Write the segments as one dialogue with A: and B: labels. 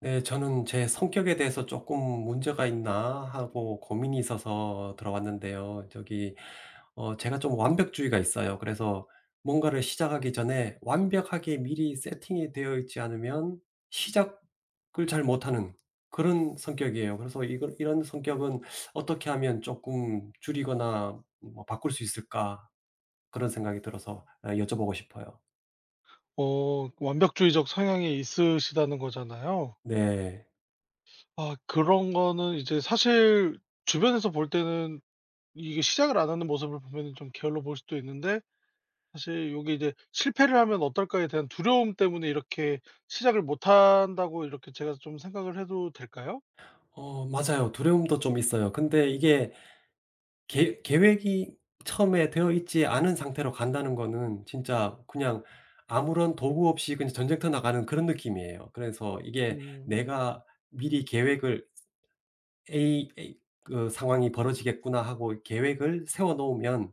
A: 네, 저는 제 성격에 대해서 조금 '문제가 있나?' 하고 고민이 있어서 들어왔는데요. 저기 제가 좀 완벽주의가 있어요. 그래서 뭔가를 시작하기 전에 완벽하게 미리 세팅이 되어 있지 않으면 시작을 잘 못하는 그런 성격이에요. 그래서 이걸 '이런 성격은 어떻게 하면 조금 줄이거나 뭐 바꿀 수 있을까?' 그런 생각이 들어서 여쭤보고 싶어요.
B: 완벽주의적 성향이 있으시다는 거잖아요.
A: 네.
B: 아, 그런 거는 이제 사실 주변에서 볼 때는 이게 시작을 안 하는 모습을 보면 좀 게을러 보일 수도 있는데, 사실 이게 이제 '실패를 하면 어떨까.'에 대한 두려움 때문에 이렇게 시작을 못 한다고 이렇게 제가 좀 생각을 해도 될까요?
A: 맞아요. 두려움도 좀 있어요. 근데 이게 계 계획이 처음에 되어 있지 않은 상태로 간다는 거는 진짜 그냥 아무런 도구 없이 그냥 전쟁터 나가는 그런 느낌이에요. 그래서 이게
B: 음,
A: '내가 미리 계획을 A 그 상황이 벌어지겠구나.' 하고 계획을 세워 놓으면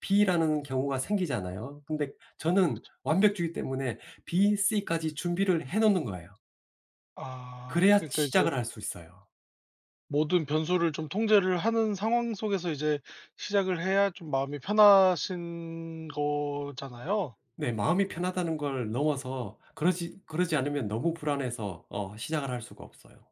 A: B라는 경우가 생기잖아요. 근데 저는
B: 그쵸.
A: 완벽주의 때문에 B, C까지 준비를 해 놓는 거예요.
B: 아,
A: 그래야
B: 그러니까 이제
A: 시작을 할 수 있어요.
B: 모든 변수를 좀 통제를 하는 상황 속에서 이제 시작을 해야 좀 마음이 편하신 거잖아요.
A: 네. 마음이 편하다는 걸 넘어서 그러지 않으면 너무 불안해서 시작을 할 수가 없어요.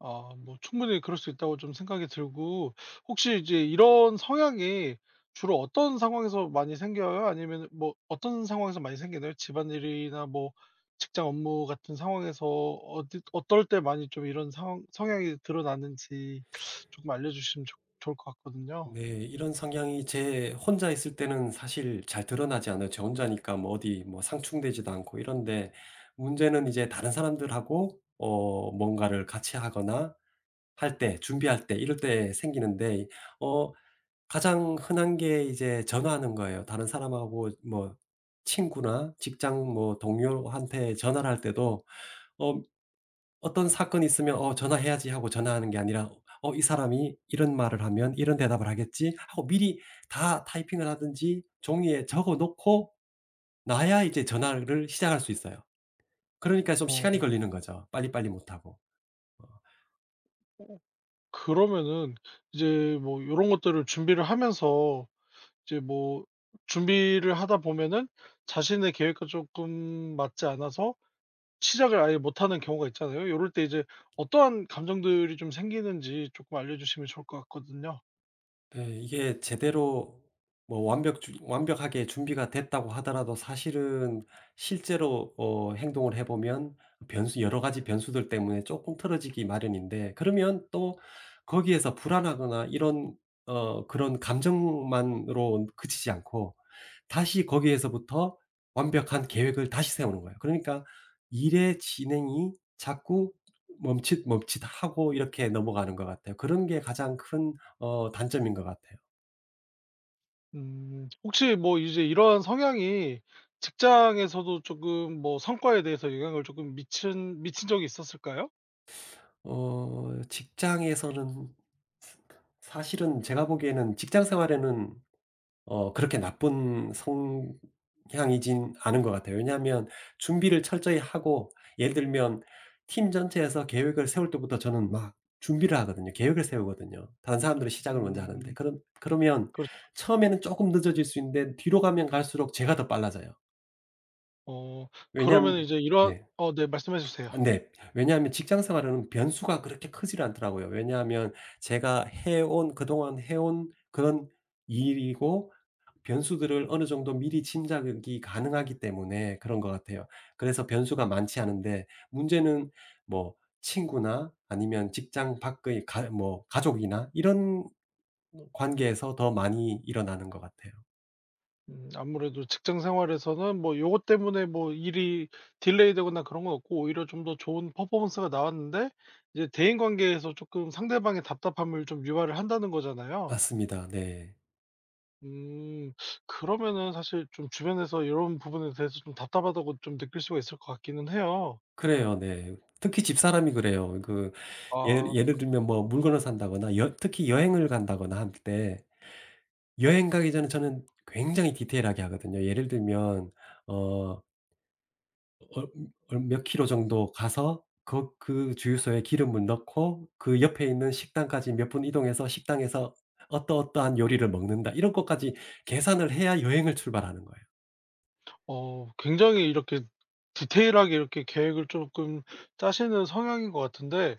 B: 아, 뭐 충분히 그럴 수 있다고 좀 생각이 들고, 혹시 이제 이런 성향이 주로 어떤 상황에서 많이 생겨요? 아니면 뭐 어떤 상황에서 많이 생기나요? 집안일이나 뭐 직장 업무 같은 상황에서 어디 어떨 때 많이 좀 이런 상 성향이 드러나는지 조금 알려주시면 좋 좋을 것 같거든요.
A: 네. 이런 성향이 제 혼자 있을 때는 사실 잘 드러나지 않아요. 저 혼자니까 뭐 어디 뭐 상충되지도 않고 이런데 문제는 이제 다른 사람들하고 뭔가를 같이 하거나 할 때 준비할 때 이럴 때 생기는데 어 가장 흔한 게 이제 전화하는 거예요. 다른 사람하고 뭐 친구나 직장 뭐 동료한테 전화를 할 때도 어 어떤 사건이 있으면 '어 전화해야지.' 하고 전화하는 게 아니라 '어 이 사람이 이런 말을 하면 이런 대답을 하겠지.' 하고 미리 다 타이핑을 하든지 종이에 적어 놓고 놔야 이제 전화를 시작할 수 있어요. 그러니까 좀 시간이
B: 어
A: 걸리는 거죠, 빨리빨리 못 하고. 어.
B: 그러면은 이제 뭐 이런 것들을 준비를 하면서 이제 뭐 준비를 하다 보면은 자신의 계획과 조금 맞지 않아서 시작을 아예 못하는 경우가 있잖아요. 이럴 때 이제 어떠한 감정들이 좀 생기는지 조금 알려주시면 좋을 것 같거든요.
A: 네. 이게 제대로 뭐 완벽하게 준비가 됐다고 하더라도 사실은 실제로 행동을 해 보면 변수 여러 가지 변수들 때문에 조금 틀어지기 마련인데 그러면 또 거기에서 불안하거나 이런 그런 감정만으로 그치지 않고 다시 거기에서부터 완벽한 계획을 다시 세우는 거예요. 그러니까 일의 진행이 자꾸 멈칫멈칫하고 이렇게 넘어가는 것 같아요. 그런 게 가장 큰 단점인 것 같아요.
B: 혹시 뭐 이제 이러한 성향이 직장에서도 조금 뭐 성과에 대해서 영향을 조금 미친 적이 있었을까요?
A: 직장에서는 사실은 제가 보기에는 직장 생활에는 그렇게 나쁜 성향이진 않은 것 같아요. 왜냐하면 준비를 철저히 하고 예를 들면 팀 전체에서 계획을 세울 때부터 저는 막 준비를 하거든요. 계획을 세우거든요. 다른 사람들은 시작을 먼저 하는데.
B: 음,
A: 그럼 그러면
B: 그렇죠.
A: 처음에는 조금 늦어질 수 있는데 뒤로 가면 갈수록 제가 더 빨라져요.
B: 어 그러면
A: 왜냐하면
B: 이제 이러한,
A: 네.
B: 네, 말씀해 주세요.
A: 네. 왜냐하면 직장 생활은 변수가 그렇게 크지 않더라고요. 왜냐하면 제가 해온 그동안 해온 그런 일이고 변수들을 어느 정도 미리 짐작이 가능하기 때문에 그런 것 같아요. 그래서 변수가 많지 않은데 문제는 뭐 친구나 아니면 직장 밖의 가 뭐 가족이나 이런 관계에서 더 많이 일어나는 것 같아요.
B: 아무래도 직장 생활에서는 뭐 요것 때문에 뭐 일이 딜레이되거나 그런 건 없고 오히려 좀 더 좋은 퍼포먼스가 나왔는데, 이제 대인 관계에서 조금 상대방의 답답함을 좀 유발을 한다는 거잖아요.
A: 맞습니다. 네.
B: 음 그러면은 사실 좀 주변에서 이런 부분에 대해서 좀 답답하다고 좀 느낄 수가 있을 것 같기는 해요.
A: 그래요. 네. 특히 집사람이 그래요. 그
B: 아,
A: 예를 들면 뭐 물건을 산다거나 여 특히 여행을 간다거나 할 때 여행 가기 전에 저는 굉장히 디테일하게 하거든요. 예를 들면 어 얼 얼 몇 킬로 정도 가서 거 그 주유소에 기름을 넣고 그 옆에 있는 식당까지 몇 분 이동해서 식당에서 어떠어떠한 요리를 먹는다. 이런 것까지 계산을 해야 여행을 출발하는 거예요.
B: 굉장히 이렇게 디테일하게 이렇게 계획을 조금 짜시는 성향인 것 같은데,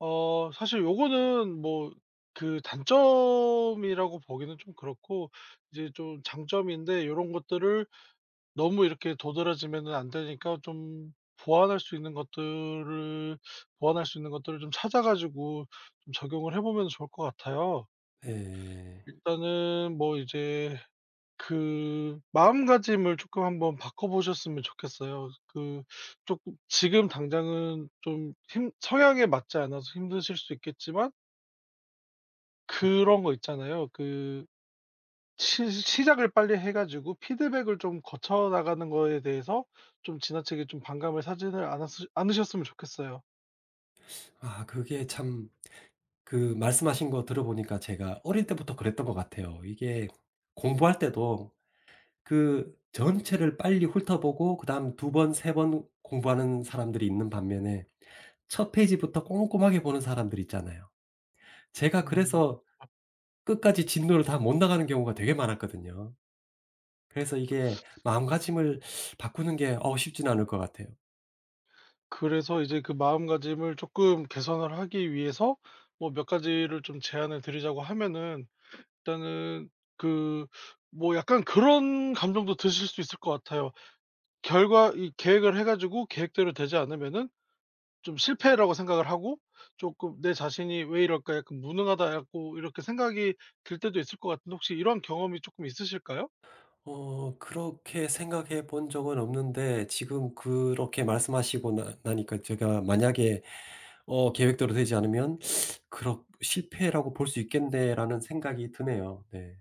B: 사실 요거는 뭐 그 단점이라고 보기는 좀 그렇고 이제 좀 장점인데, 요런 것들을 너무 이렇게 도드라지면은 안 되니까 좀 보완할 수 있는 것들을 보완할 수 있는 것들을 좀 찾아 가지고 좀 적용을 해 보면 좋을 것 같아요.
A: 예.
B: 일단은 뭐 이제 그 마음가짐을 조금 한번 바꿔 보셨으면 좋겠어요. 그 조금 지금 당장은 좀 힘 성향에 맞지 않아서 힘드실 수 있겠지만, 그런 거 있잖아요. 그 시 시작을 빨리 해 가지고 피드백을 좀 거쳐 나가는 거에 대해서 좀 지나치게 좀 반감을 사지는 않았으 않으셨으면 좋겠어요.
A: 아 그게 참 그 말씀하신 거 들어보니까 제가 어릴 때부터 그랬던 것 같아요. 이게 공부할 때도 그 전체를 빨리 훑어보고 그다음 두 번 세 번 공부하는 사람들이 있는 반면에 첫 페이지부터 꼼꼼하게 보는 사람들 있잖아요. 제가
B: 음.
A: 그래서 끝까지 진도를 다 못 나가는 경우가 되게 많았거든요. 그래서 이게 마음가짐을 바꾸는 게 어우 쉽지는 않을 것 같아요.
B: 그래서 이제 그 마음가짐을 조금 개선을 하기 위해서 뭐 몇 가지를 좀 제안을 드리자고 하면은, 일단은 그, 뭐 약간 그런 감정도 드실 수 있을 것 같아요. 결과 이 계획을 해 가지고 계획대로 되지 않으면은 좀 실패라고 생각을 하고 쪼끔 '내 자신이 왜 이럴까? 약간 무능하다.' 갖고 이렇게 생각이 들 때도 있을 것 같은데, 혹시 이런 경험이 쪼끔 있으실까요?
A: 그렇게 생각해 본 적은 없는데 지금 그렇게 말씀하시고 나 나니까 제가 만약에 계획대로 되지 않으면 '그렇 실패라고 볼 수 있겠네.'라는 생각이 드네요. 네.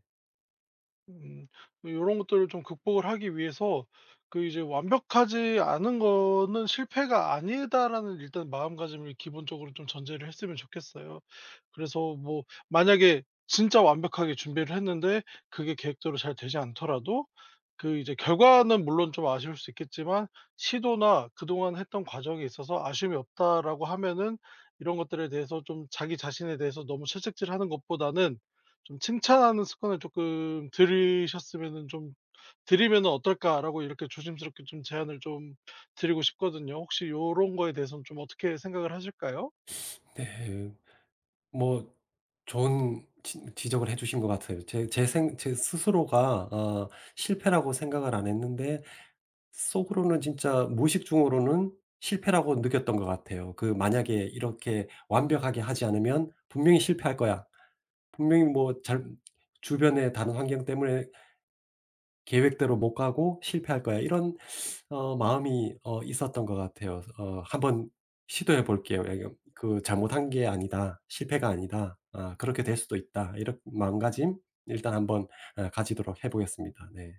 B: 음. 런 것들을 좀 극복을 하기 위해서 그 이제 '완벽하지 않은 거는 실패가 아니다.'라는 일단 마음가짐을 기본적으로 좀 전제를 했으면 좋겠어요. 그래서 뭐 만약에 진짜 완벽하게 준비를 했는데 그게 계획대로 잘 되지 않더라도 그 이제 결과는 물론 좀 아쉬울 수 있겠지만 '시도나 그동안 했던 과정에 있어서 아쉬움이 없다.'라고 하면은 이런 것들에 대해서 좀 자기 자신에 대해서 너무 채찍질하는 것보다는 좀 '칭찬하는 습관을 조금 들이셨으면은 좀 들이면은 어떨까?'라고 이렇게 조심스럽게 좀 제안을 좀 드리고 싶거든요. 혹시 요런 거에 대해서는 좀 어떻게 생각을 하실까요?
A: 네. 뭐 좋은 지 지적을 해 주신 것 같아요. 제 스스로가 실패라고 생각을 안 했는데 속으로는 진짜 무의식 중으로는 실패라고 느꼈던 것 같아요. 그 '만약에 이렇게 완벽하게 하지 않으면 분명히 실패할 거야.' 분명히 뭐 잘 주변의 다른 환경 때문에 '계획대로 못 가고 실패할 거야.' 이런 마음이 있었던 것 같아요. '한번 시도해 볼게요. 예 여 그 잘못한 게 아니다. 실패가 아니다. 아 그렇게 될 수도 있다.' 이런 마음가짐 일단 한번 예 가지도록 해 보겠습니다. 네.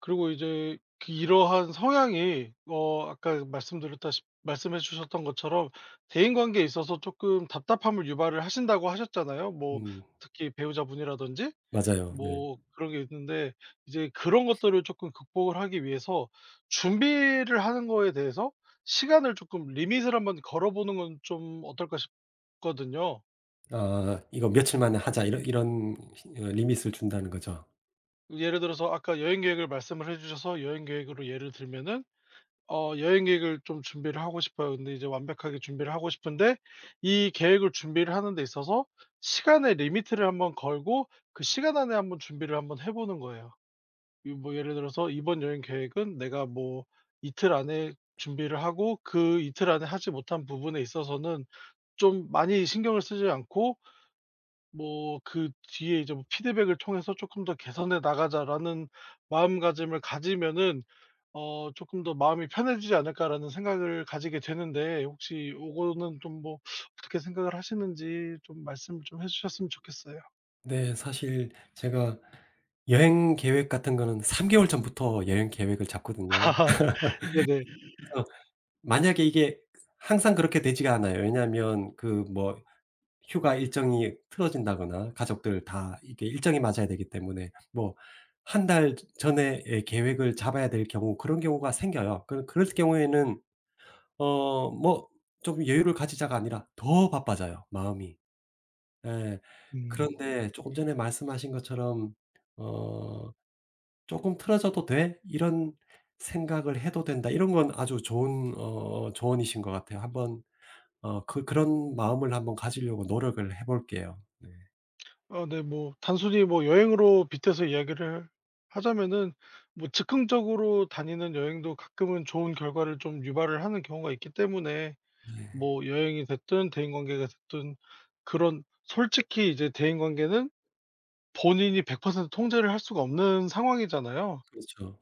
B: 그리고 이제 그 이러한 성향이 아까 말씀드렸다시 말씀해 주셨던 것처럼 대인관계에 있어서 조금 답답함을 유발을 하신다고 하셨잖아요. 뭐
A: 음
B: 특히 배우자분이라든지.
A: 맞아요. 네.
B: 뭐 그런 게 있는데, 이제 그런 것들을 조금 극복을 하기 위해서 준비를 하는 거에 대해서 시간을 조금 리밋을 한번 걸어 보는 건 좀 어떨까 싶거든요.
A: 아 이거 "며칠 만에 하자." 이런 리밋을 준다는 거죠.
B: 예를 들어서 아까 여행 계획을 말씀을 해 주셔서 여행 계획으로 예를 들면은, 여행 계획을 좀 준비를 하고 싶어요. 근데 이제 완벽하게 준비를 하고 싶은데 이 계획을 준비를 하는 데 있어서 시간의 리미트를 한번 걸고 그 시간 안에 한번 준비를 한번 해 보는 거예요. 이 뭐 예를 들어서 이번 여행 계획은 내가 뭐 이틀 안에 준비를 하고 그 이틀 안에 하지 못한 부분에 있어서는 좀 많이 신경을 쓰지 않고 뭐 그 뒤에 이제 뭐 피드백을 통해서 조금 더 '개선해 나가자.'라는 마음가짐을 가지면은 조금 더 '마음이 편해지지 않을까.'라는 생각을 가지게 되는데, 혹시 요거는 좀 뭐 어떻게 생각을 하시는지 좀 말씀을 좀 해 주셨으면 좋겠어요.
A: 네. 사실 제가 여행 계획 같은 거는 3개월 전부터 여행 계획을 잡거든요.
B: 네네.
A: 어 만약에 이게 항상 그렇게 되지가 않아요. 왜냐하면 그 뭐 휴가 일정이 틀어진다거나 가족들 다 이게 일정이 맞아야 되기 때문에 뭐 한 달 전에 계획을 잡아야 될 경우 그런 경우가 생겨요. 그럴 경우에는 뭐 '좀 여유를 가지자.'가 아니라 더 바빠져요 마음이. 예.
B: 음.
A: 그런데 조금 전에 말씀하신 것처럼 어 조금 틀어져도 돼?' 이런 생각을 해도 된다. 이런 건 아주 좋은 조언이신 것 같아요. 한번 그런 마음을 한번 가지려고 노력을 해 볼게요. 네.
B: 아, 네. 뭐 단순히 뭐 여행으로 빗대서 이야기를 하자면은, 뭐 즉흥적으로 다니는 여행도 가끔은 좋은 결과를 좀 유발을 하는 경우가 있기 때문에 뭐 여행이 됐든 대인관계가 됐든, 그런 솔직히 이제 대인관계는 본인이 100% 통제를 할 수가 없는 상황이잖아요.
A: 그렇죠.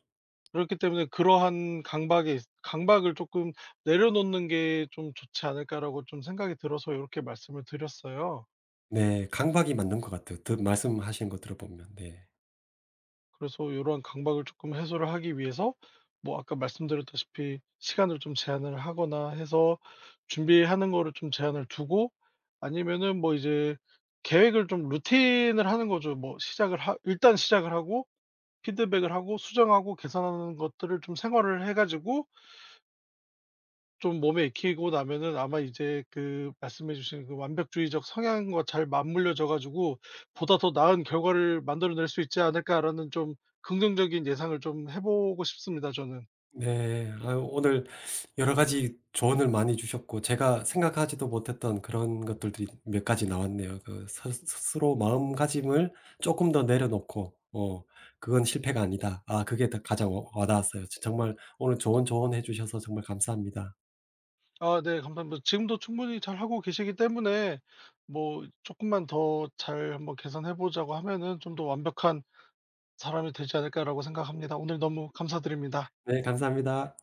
B: 그렇기 때문에 그러한 강박에 있 강박을 조금 내려놓는 게 좀 좋지 않을까라고 좀 생각이 들어서 이렇게 말씀을 드렸어요.
A: 네. 강박이 맞는 것 같아요. 드 말씀하시는 거 들어보면. 네.
B: 그래서 이러한 강박을 조금 해소를 하기 위해서 뭐 아까 말씀드렸다시피 시간을 좀 제한을 하거나 해서 준비하는 거를 좀 제한을 두고, 아니면은 뭐 이제 계획을 좀 루틴을 하는 거죠. 뭐 시작을 하 일단 시작을 하고 피드백을 하고 수정하고 개선하는 것들을 좀 생활을 해 가지고 좀 몸에 익히고 나면은 아마 이제 그 말씀해 주신 그 완벽주의적 성향과 잘 맞물려져 가지고 '보다 더 나은 결과를 만들어낼 수 있지 않을까.'라는 좀 긍정적인 예상을 좀 해 보고 싶습니다 저는.
A: 네. 아유 오늘 여러 가지 조언을 많이 주셨고 제가 생각하지도 못했던 그런 것들이 몇 가지 나왔네요. 그 스 스스로 마음가짐을 조금 더 내려놓고 '그건 실패가 아니다.' 아 그게 더 가장 와 와닿았어요. 정말 오늘 좋은 조언해 주셔서 정말 감사합니다.
B: 아, 네, 감사합니다. 지금도 충분히 잘하고 계시기 때문에 뭐 쪼끔만 더 잘 한번 개선해 보자고 하면은 '좀 더 완벽한 사람이 되지 않을까.'라고 생각합니다. 오늘 너무 감사드립니다.
A: 네 감사합니다.